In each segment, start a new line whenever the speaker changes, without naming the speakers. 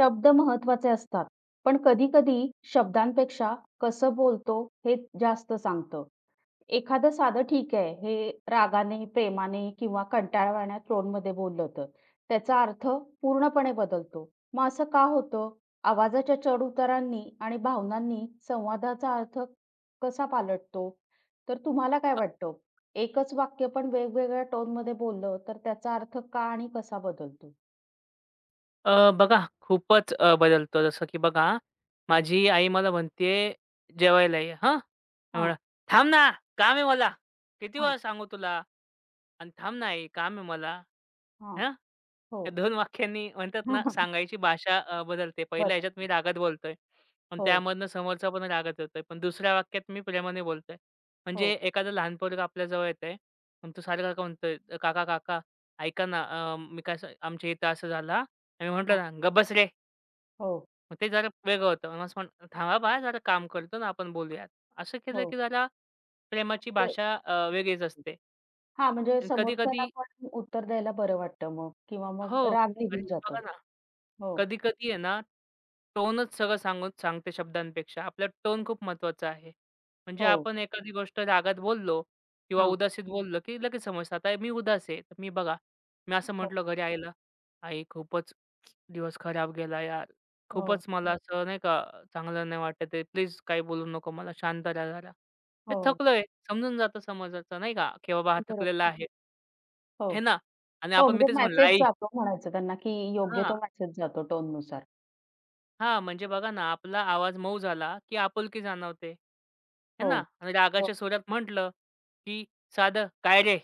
शब्द महत्त्वाचे असतात. पण कधी-कधी शब्दांपेक्षा कसं बोलतो हे जास्त सांगतं. एखादं साधं "ठीक आहे" हे रागाने, प्रेमाने किंवा कंटाळवाण्या टोनमध्ये बोललं तर त्याचा अर्थ पूर्णपणे बदलतो. मग असं का होतं? आवाजाच्या चढ-उतारांनी आणि भावनांनी संवादाचा अर्थ कसा पालटतो? तर तुम्हाला काय वाटतं? एकच वाक्य पण वेगवेगळ्या टोनमध्ये बोललं तर त्याचा अर्थ का आणि कसा बदलतो?
बघा खूपच बदलतो. जसं की बघा, माझी आई मला म्हणते, "जेवायला ये." हां. मी
हां,
म्हणलं, "थांब ना, काम आहे मला. किती
हां,
वेळा सांगू तुला? आणि थांब ना आई, काम आहे मला."
हां.
हां.
हो.
त्या 2 वाक्यांनी म्हणतात ना, सांगायची भाषा बदलते. पहिल्या ह्याच्यात मी
बदलतं.
रागात बोलतोय. पण
हो,
त्यामधनं समोरचा पण रागात येतोय. पण दुसऱ्या वाक्यात मी प्रेमाने बोलतोय. म्हणजे
हो,
एखादं लहान पोरगं आपल्याजवळ येतंय आणि तो सारखा का म्हणतोय, "काका, काका ऐका ना, मी काय असं आमच्या इथं असं झालं हां." म्हटलं
हां.
ना, "गप रे!"
हो,
मग ते जरा वेगळं होतं. मग म्हण "थांबा बाळा जरा काम करतो ना आपण बोलूयात." असं केलं
हो.
की जरा प्रेमाची
म्हणजे
भाषा वेगळीच असते.
हां, म्हणजे
आणि कधी-कधी
समोरच्याला पण उत्तर द्यायला बरं वाटतं मग किंवा मग
हो.
राग निघून
कारण की
जातो.
बघा ना
हो,
कधी-कधी आहे ना, टोनच सगळं सांगून सांगते शब्दांपेक्षा. आपला टोन खूप महत्त्वाचा आहे. म्हणजे
हो,
आपण एखादी गोष्ट रागात बोललो किंवा
हां,
उदासीत बोललो, की लगेच समजतं. आता मी उदास आहे. तर मी बघा, मी असं
हो,
म्हटलं घरी आईला, "आई खूपच दिवस खराब गेला यार.
हो,
खूपच मला असं नाही का चांगलं नाही वाटत आहे. प्लीज काही बोलू नको मला. शांत राहा जरा." "ए
हो,
थकलोय." समजून जातं समोरच्याचं नाही का, की बाबा हा
बरोबर.
थकलेला आहे.
हो,
हे ना? आणि
हो,
आपण मी
म्हणजे
तेच म्हणलं,
मेसेज
"आई."
जातो म्हणायचं त्यांना, की योग्य
हां.
तो मेसेज जातो टोननुसार.
हां, म्हणजे बघा ना, आपला आवाज मऊ झाला, की आपुलकी जाणवते. है
हो,
ना? आणि
हो,
रागाच्या सुरात म्हटलं, की साधं "काय रे?"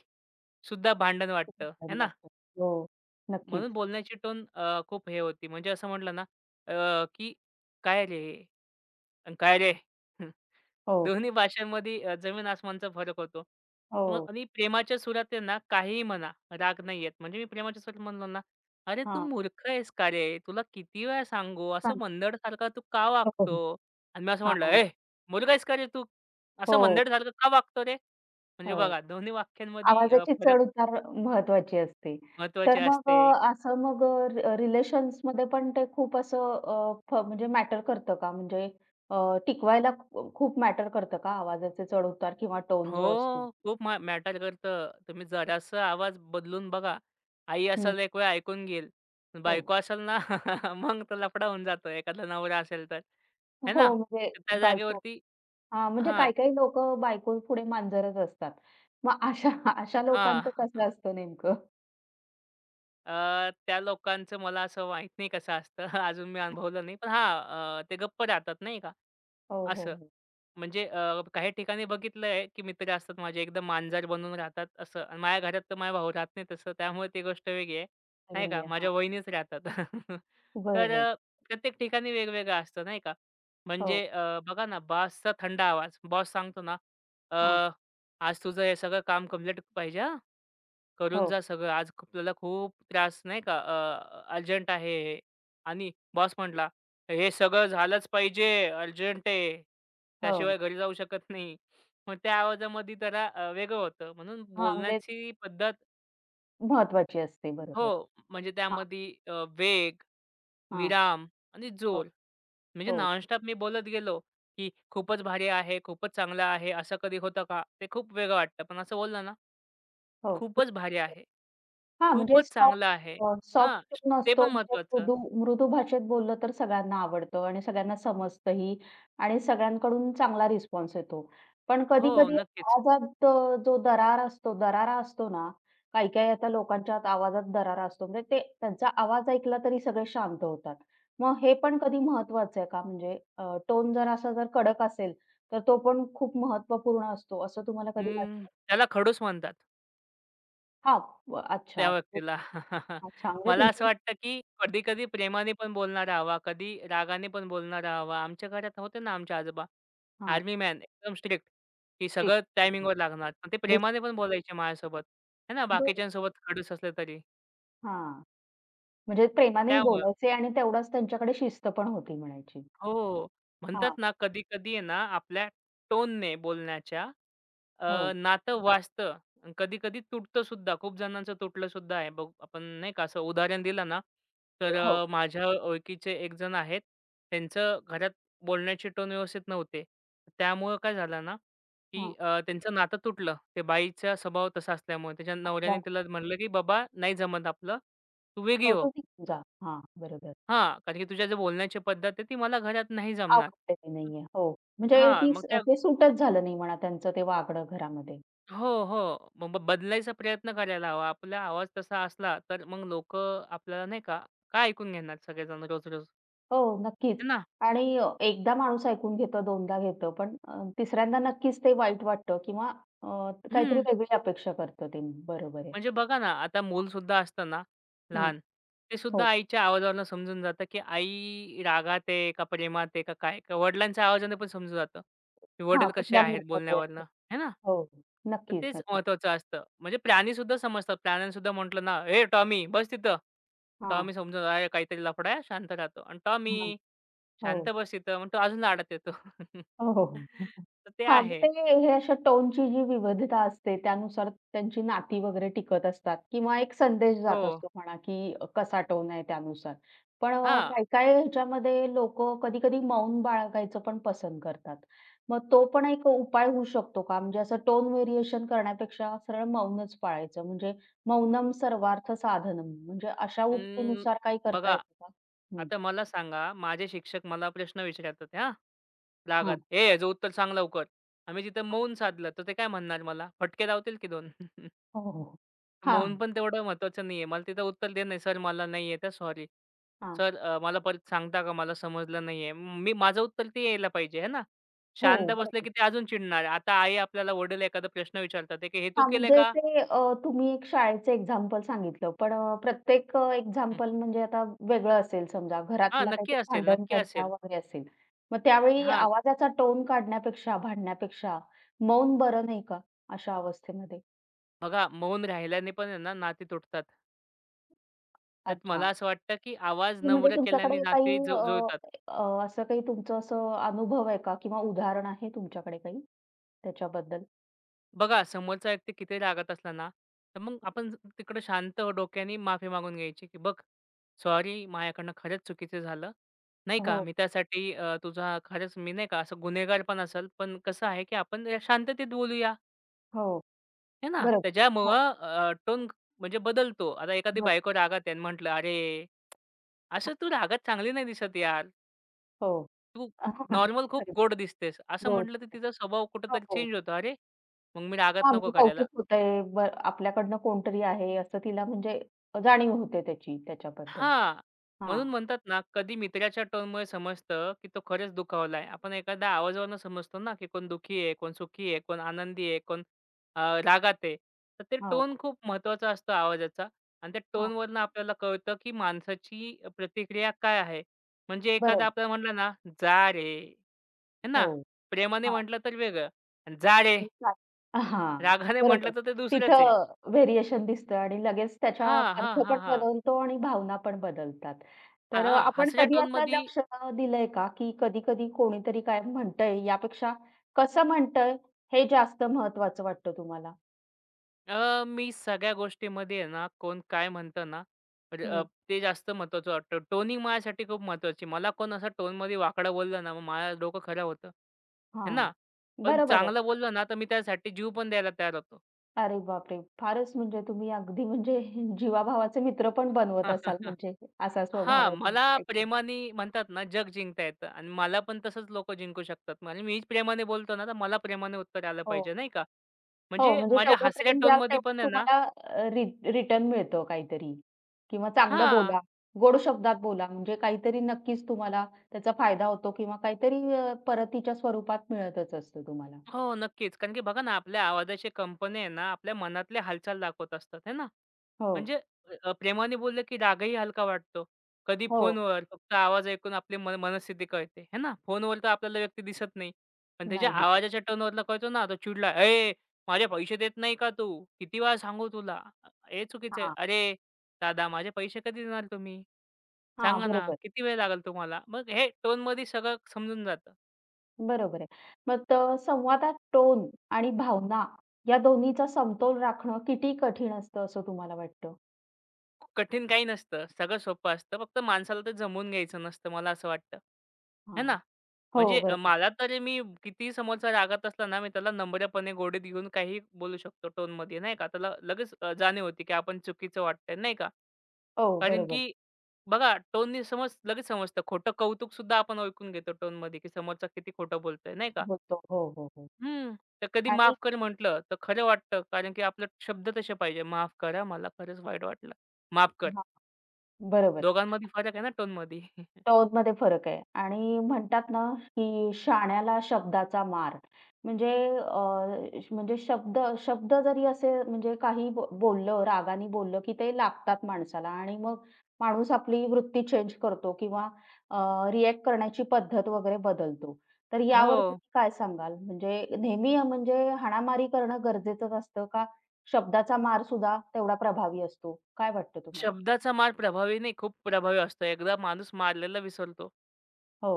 सुद्धा भांडण
खूप
वाटतं, है
छान
ना?
वाटतं. हो,
म्हणून
नक्कीच.
बोलण्याची टोन खूप हे होती. म्हणजे असं म्हटलं ना, की "काय रे?" अन् काय रे?
हो,
दोन्ही भाषांमध्ये जमीन आसमानचा फरक होतो. मग
हो,
आणि प्रेमाच्या सुरात आहे ना, काहीही म्हणा, राग नाही येत. म्हणजे मी प्रेमाच्या सुरात म्हणलो ना, "अरे तू
हां,
मूर्ख आहेस का रे? तुला किती वेळा सांगू? असं
सांग
मनधडसारखा तू का
हो, हो,
वागतो?" आणि मी असं म्हटलं,
हां,
"ए, मूर्ख आहेस का रे तू? असं
हो,
मनधडसारखं का वागतो रे?" म्हणजे
हो.
बघा, दोन्ही वाक्यांमध्ये
आवाजाची
फरक
चढ-उतार महत्त्वाची असते.
महत्त्वाचे
तर मग
असते.
असं मग रिलेशन्समध्ये पण ते खूप असं अ, फ म्हणजे मॅटर करतं का? म्हणजे टिकवायला खूप मॅटर करतं का आवाजाचे चढ-उतार किंवा टोन जो असतो?
हो, खूप मॅटर करतं. तुम्ही जरासा आवाज बदलून बघा. आई
हं.
असेल एक वेळ ऐकून घेईल.
हो.
बायको असेल ना, मग तो लफडा होऊन जातो एखादा नवरा असेल तर. है
हो,
ना?
म्हणजे
तर त्या
बायको
जागेवरती
हां, म्हणजे
हां,
काही-काही लोकं बायकोपुढे मांजरच असतात. मग अशा अशा लोकांचं
हां.
कसं असतं नेमकं?
त्या लोकांचं मला असं माहीत नाही कसं असतं. अजून मी अनुभवलं नाही. पण हां, ते गप्प राहतात नाही का
हो, हो,
असं.
हो.
म्हणजे काही ठिकाणी बघितलंय, की मित्र असतात माझे एकदम मांजर बनून राहतात असं आणि माझ्या घरात तर माझा भाऊ राहत नाही तसं. त्यामुळे ती गोष्ट वेगळी आहे, नाही
अगदी
का.
आहे. हां,
माझ्या वहिनीच राहतात. तर
बरोबर.
प्रत्येक ठिकाणी वेगवेगळं असतं, नाही का.
हो,
म्हणजे बघा ना बॉसचा थंड आवाज. बॉस सांगतो ना, "अ,
हां.
आज तुझं हे सगळं काम कंप्लीट पाहिजे करून
हो,
जा सगळं. आज आपल्याला खूप त्रास नाही का अर्जंट आहे हे. आणि बॉस म्हटला, "हे सगळं झालंच पाहिजे. अर्जंट आहे.
हो.
त्याशिवाय घरी जाऊ शकत नाही." मग त्या आवाजामध्ये जरा वेगळं होतं. म्हणून
हां, म्हणजे
बोलण्याची पद्धत
महत्त्वाची असते.
हो,
बरोबर.
म्हणजे
हां,
त्यामध्ये वेग,
हां.
विराम आणि
हो,
जोर. म्हणजे
हो,
नॉनस्टॉप मी बोलत गेलो, की "खूपच भारी आहे, खूपच चांगलं आहे." असं कधी होतं का? ते खूप वेगळं वाटतं. पण असं बोललं ना,
हो.
"खूपच भारी आहे."
हां, म्हणजे
खूपच
सॉफ्ट
चांगलं आहे. हां,
सॉफ्ट टोन
ते
असतो
पण
म्हणजे
महत्वाचं.
मृदू मृदू भाषेत बोललं तर सगळ्यांना आवडतं आणि सगळ्यांना समजतंही आणि सगळ्यांकडून चांगला रिस्पॉन्स येतो. पण
हो,
कधी-कधी
नक्कीच.
आवाजात जो दरारा असतो ना, काही-काही आता लोकांच्या आवाजात दरारा असतो. म्हणजे ते त्यांचा आवाज ऐकला तरी सगळे शांत होतात. मग हे पण कधी महत्वाचं आहे का? म्हणजे टोन जर असा जर कडक असेल, तर तो पण खूप महत्त्वपूर्ण असतो असं तुम्हाला कधी
अं,
वाटतं?
त्याला खडूस म्हणतात
हां, व
त्या
अच्छा.
व्यक्तीला.
अच्छा, म्हणजे
मला असं
तुमचं
वाटतं, की कधी-कधी प्रेमाने पण बोलणारा हवा, कधी रागाने पण बोलणारा हवा. आमच्या घरात होते ना आमचे आजोबा,
हां,
आर्मी मॅन एकदम स्ट्रिक्ट, की
ठीक.
सगळं
बरोबर.
टायमिंगवर लागणार. पण ते
डिस
प्रेमाने पण बोलायचे माझ्यासोबत, आहे ना,
बरं.
बाकीच्यांसोबत खडूस असले तरी.
हां, म्हणजे प्रेमानेही
त्यामुळं.
बोलायचे आणि तेवढाच त्यांच्याकडे शिस्त पण होती म्हणायची.
हो. म्हणतात
हां,
ना, कधी-कधी आहे ना, आपल्या टोनने बोलण्याच्या
हो,
नातं वाजतं कधी-कधी तुटतं सुद्धा. खूप जणांचं तुटलं सुद्धा आहे. बघ आपण नाही का असं उदाहरण दिलं ना, तर
हो,
माझ्या ओळखीचे एक जण आहेत. त्यांचं घरात बोलण्याची टोन व्यवस्थित नव्हते. त्यामुळं काय झालं ना, की
हां.
त्यांचं नातं तुटलं. ते बाईचा स्वभाव तसा असल्यामुळे. त्याच्या
असल्या
नवऱ्याने तिला म्हटलं, की "बाबा नाही जमत आपलं, तू वेगळी हो."
कौटुंबिक पूजा. हां, बरोबर.
हां, कारण की तुझ्या जे बोलण्याची पद्धत आहे ती मला घरात नाही जमणार.
आवडलेली नाहीये. हो, म्हणजे
हां,
ती
मग त्या
ते सूटच झालं नाही म्हणा त्यांचं ते वागणं घरामध्ये.
हो, हो. मग बदलायचा प्रयत्न करायला हवा. आपला आवाज तसा असला तर मग लोक आपल्याला नाही का, काय ऐकून घेणार सगळेजण रोज-रोज,
हो, नक्कीच.
है ना?
आणि एकदा माणूस ऐकून घेतं, दोनदा घेतं, पण तिसऱ्यांदा नक्कीच ते वाईट वाटतं किंवा अ, काहीतरी
हं.
वेगळी अपेक्षा करतं ते. बरोबर आहे.
म्हणजे बघा ना, आता मूलसुद्धा असतं ना
हं,
लहान, ते सुद्धा
हो.
आईच्या आवाजावरून समजून जातं, की आई रागात आहे का प्रेमात आहे का काय? का वडिलांच्या आवाजाने पण समजून जातं, की
हां,
वडील कसे
कुठल्या
आहेत
मूडमध्ये आहे.
बोलण्यावरनं, है ना?
हो,
तर
नक्कीच,
तेच
नक्कीच.
महत्त्वाचं असतं. म्हणजे प्राणीसुद्धा समजतात. प्राण्यांसुद्धा म्हटलं ना, "ए टॉमी बस तिथं."
हां,
टॉमी समजून जातो, "अरे काहीतरी लफडा आहे." शांत राहतो आणि
हां.
"टॉमी शांत
हो.
बस तिथं." मग तो अजून आडत येतो.
हो, हो, हो. हं, हं.
तर ते
हां, मग
आहे.
ते हे अशा टोनची जी विविधता असते त्यानुसार त्यांची नाती वगैरे टिकत असतात किंवा एक संदेश
हो.
जात असतो म्हणा, की कसा टोन आहे त्यानुसार. पण
हां.
काही-काही ह्याच्यामध्ये लोकं कधी-कधी मौन बाळगायचं पण पसंत करतात. मग तो पण एक उपाय होऊ शकतो का? म्हणजे असं टोन व्हेरिएशन करण्यापेक्षा सरळ मौनच पाळायचं म्हणजे मौनम सर्वार्थ साधनम म्हणजे अशा
अं,
उक्तीनुसार काही करता
बघा,
येतं का? हं.
आता मला सांगा, माझे शिक्षक मला प्रश्न विचारतात हां,
हां.
रागात, "ए, ह्याचं उत्तर सांग लवकर." आम्ही तिथं मौन साधलं, तर ते काय म्हणणार मला? फटके लावतील की 2.
हो, हो, हो. हां,
मौन पण तेवढं महत्त्वाचं नाहीये. मला तिथं उत्तर देत नाही, "सर, मला नाही येत सॉरी. सर, मला परत सांगता का? मला समजलं नाहीये." मी माझं उत्तर ते यायला पाहिजे, आहे ना?
हो,
शांत बसलं
बरोबर.
की ते अजून चिडणार. आता आई आपल्याला वडील एखादा प्रश्न विचारतात, ते की "हे तू
हां,
केलंय
म्हणजे
का?"
ते तुम्ही एक शाळेचं एक्झाम्पल सांगितलं. पण प्रत्येक एक्झाम्पल म्हणजे आता वेगळं असेल समजा
"हां,
घरातला
नक्की
काहीतरी
असेल, नक्की
भांडण-तंटा
असेल."
वगैरे असेल. मग त्यावेळी
"हां,
आवाजाचा टोन काढण्यापेक्षा, भांडण्यापेक्षा मौन बरं नाही का अशा अवस्थेमध्ये?
बघा मौन राहिल्याने पण आहे ना नाती तुटतात. तर
अच्छा.
मला असं वाटतं, की आवाज
की म्हणजे
नम्र केल्याने
तुमच्याकडे काही
नाती
अ,
जुळतात.
अ, असं काही तुमचं असं अनुभव आहे का किंवा उदाहरण आहे तुमच्याकडे काही त्याच्याबद्दल?
बघा समोरचा व्यक्ती किती रागात असला ना, तर मग आपण तिकडं शांत डोक्याने माफी मागून घ्यायची, की "बघ सॉरी माझ्याकडनं खरंच चुकीचं झालं. नाही का
हो,
मी त्यासाठी तुझा खरंच मी नाही का असं गुन्हेगार पण असेल, पण कसं आहे, की आपण या शांततेत बोलूया."
हो.
है ना?
बरोबर. हो,
त्याच्यामुळं टोन म्हणजे बदलतो. आता एखादी
बरं.
बायको रागात आहे म्हटलं, "अरे असं
हां,
तू रागात चांगली नाही दिसत यार.
हो.
तू नॉर्मल खूप
खरंच.
गोड दिसतेस. असं
गोड.
म्हटलं, तर तिचा स्वभाव
हो,
कुठेतरी
हो.
चेंज होतो. अरे, मग मी रागात
हां,
नको
म्हणजे
करायला.
कौतुक होतंय. ब आपल्याकडनं कोणतरी आहे असं तिला म्हणजे जाणीव होते त्याची त्याच्याबद्दल.
हां,
हां,
म्हणून म्हणतात ना, कधी मित्राच्या टोनमुळे समजतं, की तो खरंच दुखावलाय. आपण एखाद्या आवाजावरून समजतो ना, की कोण दुःखी आहे, कोण सुखी आहे, कोण आनंदी आहे, कोण रागात आहे. तर ते
हो,
टोन खूप महत्त्वाचा असतो आवाजाचा आणि त्या
हां,
टोनवरून आपल्याला कळतं, की माणसाची प्रतिक्रिया काय आहे. म्हणजे एखादा
बरोबर.
आपल्याला म्हटलं ना, "जा रे." आहे
हो,
ना? प्रेमाने
हां.
म्हटलं तर वेगळं आणि जा रे,
हां,
रागाने
बरोबर.
म्हटलं तर ते दुसरंच आहे.
तिथं व्हेरिएशन दिसतं आणि लगेच त्याच्या
हां, हां,
अर्थ
हां,
पण
हां.
बदलतो आणि भावना पण बदलतात. तर
हां,
आपण
हसऱ्या
कधी असं
टोनमध्ये
लक्ष दिलंय का, की कधी-कधी कोणीतरी काय म्हणतंय यापेक्षा कसं म्हणतंय हे जास्त महत्त्वाचं वाटतं तुम्हाला?
मी सगळ्या गोष्टीमध्ये आहे ना, कोण काय म्हणतं ना, र- अ,
हं,
ते जास्त महत्त्वाचं वाटतं. टोनिंग माझ्यासाठी खूप महत्त्वाची. मला कोण असं टोनमध्ये वाकडं बोललं ना, मग माझं डोकं खराब होतं. आहे
हां,
ना? पण
बरोबर
चांगलं
आहे.
बोललं ना, तर मी त्यासाठी जीव पण द्यायला तयार होतो.
अरे बापरे! फारच म्हणजे तुम्ही अगदी म्हणजे जीवाभावाचे मित्र पण बनवत असाल म्हणजे असा स्वभाव
हां,
आहे
मला
तुमचा एकदम.
प्रेमाने म्हणतात ना, जग जिंकता येतं आणि मला पण तसंच लोकं जिंकू शकतात आणि मीच प्रेमाने बोलतो ना, तर मला प्रेमाने उत्तर आलं
हो,
पाहिजे, नाही का?
हो
म्हणजे
म्हणजे
माझ्या
जेवढं
हसऱ्या
प्रेम द्याल
टोनमध्ये
तेवढं
पण आहे ना
तुम्हाला रिटर्न मिळतं काहीतरी किंवा चांगलं
हां,
बोला, गोड शब्दात बोला म्हणजे काहीतरी नक्कीच तुम्हाला त्याचा फायदा होतो किंवा काहीतरी परतीच्या स्वरूपात मिळतच असतं तुम्हाला.
हो, नक्कीच. कारण की बघा ना, आपल्या आवाजाच्या कंपन्या आहे ना, आपल्या मनातल्या हालचाल दाखवत असतात, है ना?
हो,
म्हणजे प्रेमाने बोललं की रागही हलका वाटतो. कधी
हो.
फोनवर फक्त आवाज ऐकून आपली मनस्थिती कळते, है ना? फोनवर तर आपल्याला व्यक्ती दिसत नाही. पण त्याच्या
नाही दिसत.
आवाजाच्या टोनवरनं कळतो ना, तो चिडला, "ए, माझे पैसे देत नाही का तू? किती वेळा सांगू तुला? हे चुकीचं आहे."
हां,
"अरे दादा, माझे पैसे कधी देणार तुम्ही?
हां.
सांगा ना,
बरोबर.
किती वेळ लागेल तुम्हाला?" मग हे टोनमध्ये सगळं समजून जातं.
बरोबर आहे. मग तर संवादात टोन आणि भावना या दोन्हीचा समतोल राखणं किती कठीण असतं असं तुम्हाला वाटतं?
खूप कठीण काही नसतं. सगळं सोपं असतं. फक्त माणसाला ते जमवून घ्यायचं नसतं, मला असं वाटतं. है
हां.
ना?
हो,
म्हणजे
बरोबर.
मला तरी मी कितीही समोरचा रागात असला ना, मी त्याला नम्रपणे गोडीत घेऊन काहीही बोलू शकतो टोनमध्ये, नाही का? त्याला लगेच जाणीव होती, की आपण चुकीचं वाटतंय, नाही का?
हो,
कारण
बरोबर.
की बघा टोननी समज लगेच समजतं. खोटं कौतुकसुद्धा आपण ऐकून घेतो टोनमध्ये, की समोरचा किती खोटं बोलतोय, नाही का?
बोलतो. हो, हो, हो.
हं. तर कधी
आणि
माफ कर म्हटलं, तर खरं वाटतं. कारण की आपले शब्द तसे पाहिजे, "माफ करा, मला खरंच वाईट वाटलं. माफ कर."
हां, बरोबर.
दोघांमध्ये फरक आहे ना टोन टोनमध्ये.
टोनमध्ये फरक आहे आणि म्हणतात ना, की "शाण्याला शब्दाचा मार." म्हणजे अ, म्हणजे शब्द शब्द जरी असे म्हणजे काही बोललं, रागाने बोललं, की ते लागतात माणसाला आणि मग माणूस आपली वृत्ती चेंज करतो किंवा अ, रिएक्ट करण्याची पद्धत वगैरे बदलतो. तर
हो.
यावर तुम्ही काय सांगाल? म्हणजे नेहमी म्हणजे हाणामारी करणं गरजेचंच असतं का? शब्दाचा मारसुद्धा तेवढा प्रभावी असतो? काय वाटतं तुम्हाला?
शब्दाचा मार प्रभावी नाही, खूप प्रभावी असतो. एकदा माणूस मारलेला विसरतो.
हो.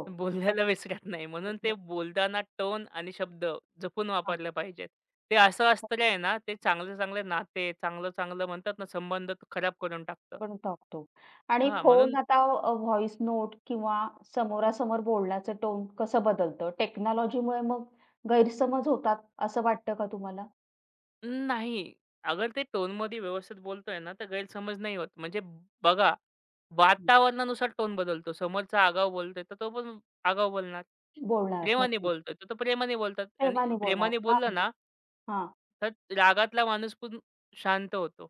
पण
बोललेला विसरत नाही. म्हणून ते
दुसरं
बोलताना टोन आणि शब्द जपून
हां.
वापरले पाहिजेत. ते असं अस्त्र आहे ना, ते चांगले-चांगले नाते, चांगलं-चांगलं म्हणतात ना, संबंध तो खराब करून टाकतं.
पण टाकतो आणि
हां, म्हणून
फोन आता व्हॉईस नोट किंवा समोरासमोर बोलण्याचं टोन कसं बदलतं? टेक्नॉलॉजीमुळे मग गैरसमज होतात असं वाटतं का तुम्हाला?
नाही. अगर ते टोनमध्ये व्यवस्थित बोलतोय ना, तर गैरसमज नाही होत. म्हणजे बघा,
हं.
वातावरणानुसार टोन बदलतो. समोरचा आगाऊ बोलतोय, तर तो पण आगाऊ बोलणार.
बोलणार
प्रेमाने
नक्की.
बोलतोय, तर तो प्रेमाने बोलतात आणि
प्रेमाने बोलणार.
प्रेमाने
हां,
बोललं
म्हणजे
ना,
हां,
तर रागातला माणूस पण शांत होतो.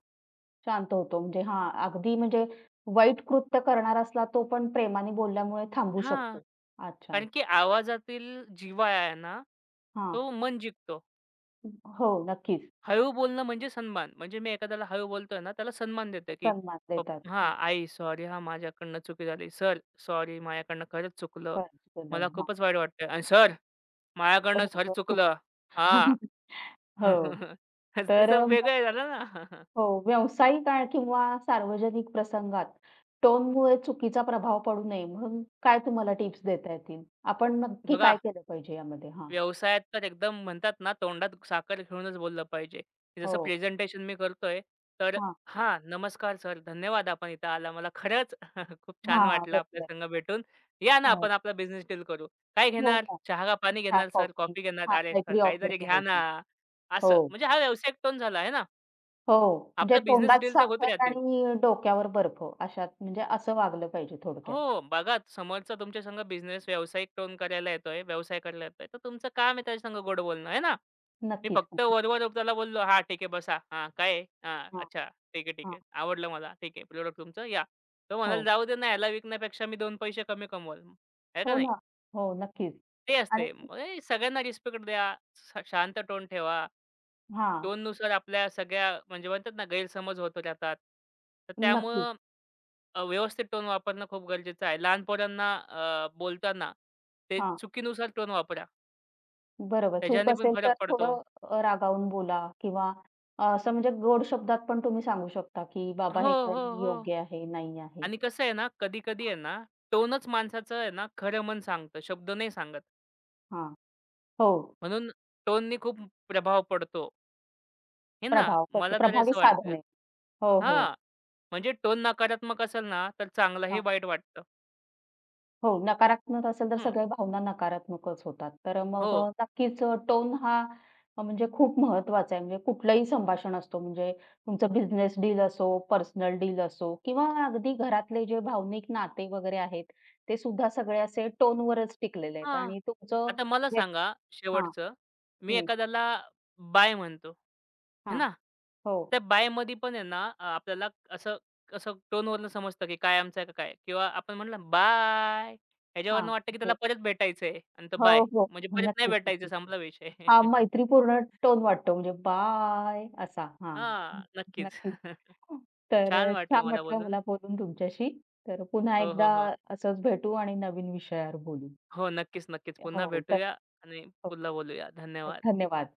शांत होतो. म्हणजे हां, अगदी म्हणजे वाईट कृत्य करणार असला तो पण प्रेमाने बोलल्यामुळे थांबू
हां.
शकतो. अच्छा.
कारण की आवाजातील जिव्हाळा आहे ना,
हां.
तो मन जिंकतो.
हो, नक्कीच.
हळू बोलणं म्हणजे सन्मान. म्हणजे मी एखाद्याला हळू बोलतोय ना, त्याला सन्मान देतो, की
सन्मान देतात. हां.
हां, "आई सॉरी हां, माझ्याकडनं चुकी झाली. सर सॉरी माझ्याकडनं खरंच चुकलं.
बरं.
मला
केलं. हां.
खूपच वाईट वाटतंय आणि सर माझ्याकडनं
हो.
सर चुकलं.
हो.
हां."
हो. तर
त्याचं
अ,
वेगळं झालं ना.
हो, व्यावसायिक आ किंवा सार्वजनिक प्रसंगात टोनमुळे चुकीचा प्रभाव पडू नये म्हणून काय तुम्हाला टिप्स देता येतील? आपण नक्की
बघा
काय केलं पाहिजे यामध्ये? हां.
व्यवसायात तर एकदम म्हणतात ना, तोंडात साखर घेऊनच बोललं पाहिजे. जसं
हो.
प्रेझेंटेशन मी करतोय, तर
हां.
"हां, नमस्कार सर. धन्यवाद आपण इथं आला. मला खरंच खूप छान
हां,
वाटलं आपल्या
बरोबर.
संग भेटून. या ना,
हां.
आपण आपला बिझनेस डील करू. काय
हो
घेणार?
ना.
चहा का पाणी
चहा,
घेणार सर?
कॉफी.
कॉफी घेणार?
हां,
अरे सर,
काहीतरी ऑफर
काहीतरी घ्या ना."
करायची. हो,
असं. म्हणजे हा व्यावसायिक टोन झाला आहे ना.
हो. म्हणजे
आपला बिझनेस
तोंडात
डील तर होत
साखर
राहतील.
आणि डोक्यावर बर्फ अशात म्हणजे असं वागलं पाहिजे थोडक्यात.
हो, बघा समोरचा तुमच्या संग बिझनेस व्यावसायिक टोन करायला येतोय, व्यवसाय करायला येतोय, तर तुमचं काम आहे त्याच्या संग गोड बोलणं, आहे ना? मी
नक्कीच,
फक्त
नक्कीच.
वर-वर त्याला बोललो, "हां, ठीक आहे, बसा. हां, काय आहे? हां,
हां,
अच्छा, ठीक आहे, ठीक
हां.
आहे. आवडलं मला. ठीक आहे, प्रॉडक्ट तुमचं, या." तो म्हणाला,
हो.
"जाऊ दे ना, ह्याला विकण्यापेक्षा मी 2 पैसे कमी कमवल." आहे का
हो
नाही?
ना. हो, नक्कीच.
ते
आणि
असते. मग हे सगळ्यांना रिस्पेक्ट द्या, शांत टोन ठेवा.
हां,
टोननुसार आपल्या सगळ्या म्हणजे म्हणतात ना, गैरसमज होत राहतात. तर
नक्कीच.
त्यामुळं व्यवस्थित टोन वापरणं खूप गरजेचं आहे. लहान पोरांना बोलताना ते
हां.
चुकीनुसार टोन वापरा.
बरोबर. चूक
त्याच्याने पण
असेल
फरक
तर
पडतो.
थोडं रागावून बोला किंवा असं म्हणजे गोड शब्दात पण तुम्ही सांगू शकता, की "बाबा
हो,
हे
हो,
करणं
हो.
योग्य आहे, नाही आहे."
आणि कसं आहे ना, कधी-कधी आहे
हां.
ना, टोनच माणसाचं आहे ना, खरं मन सांगतं. शब्द नाही सांगत.
हो.
म्हणून टोननी खूप प्रभाव पडतो. हे ना,
प्रभाव.
मला तरी
प्रभावी
असं वाटतं.
साधने. हो, हो.
हां, म्हणजे टोन नकारात्मक असेल ना, तर चांगलंही वाईट वाटतं.
हो, नकारात्मक असेल तर
हं,
सगळ्या भावना नकारात्मकच होतात. तर
हो.
मग अ, नक्कीच टोन हा म्हणजे खूप महत्त्वाचा आहे. म्हणजे कुठलंही संभाषण असतो म्हणजे तुमचं बिझनेस डील असो, पर्सनल डील असो किंवा अगदी घरातले जे भावनिक नाते वगैरे आहेत, ते सुद्धा सगळे असे टोनवरच टिकलेले आहेत
हां.
आणि तुमचं
आता मला
व्यक्
सांगा
हां,
शेवटचं, मी
हं,
एखाद्याला बाय म्हणतो, है
हां,
ना?
हो,
त्या बायमध्ये पण आहे ना आपल्याला असं असं टोनवरनं समजतं, की कायमचं आहे का काय? किंवा आपण म्हटलं बाय
हां,
ह्याच्यावरनं वाटतं, की त्याला
ते
परत भेटायचंय आणि तो
हो,
बाय
हो.
म्हणजे परत नाही
नक्कीच,
भेटायचं
नक्कीच.
संपला विषय.
हा मैत्रीपूर्ण टोन वाटतो म्हणजे बाय असा. हां,
हां, नक्कीच.
नक्कीच. तर
छान
अ,
वाटलं
छान
मला
वाटलं
बोलून.
मला बोलून तुमच्याशी. तर पुन्हा
हो, हो,
एकदा
हो.
असंच भेटू आणि नवीन विषयावर बोलू.
हो, नक्कीच, नक्कीच. पुन्हा
हो, तर
भेटूया आणि
हो,
पुन्हा बोलूया. धन्यवाद.
धन्यवाद.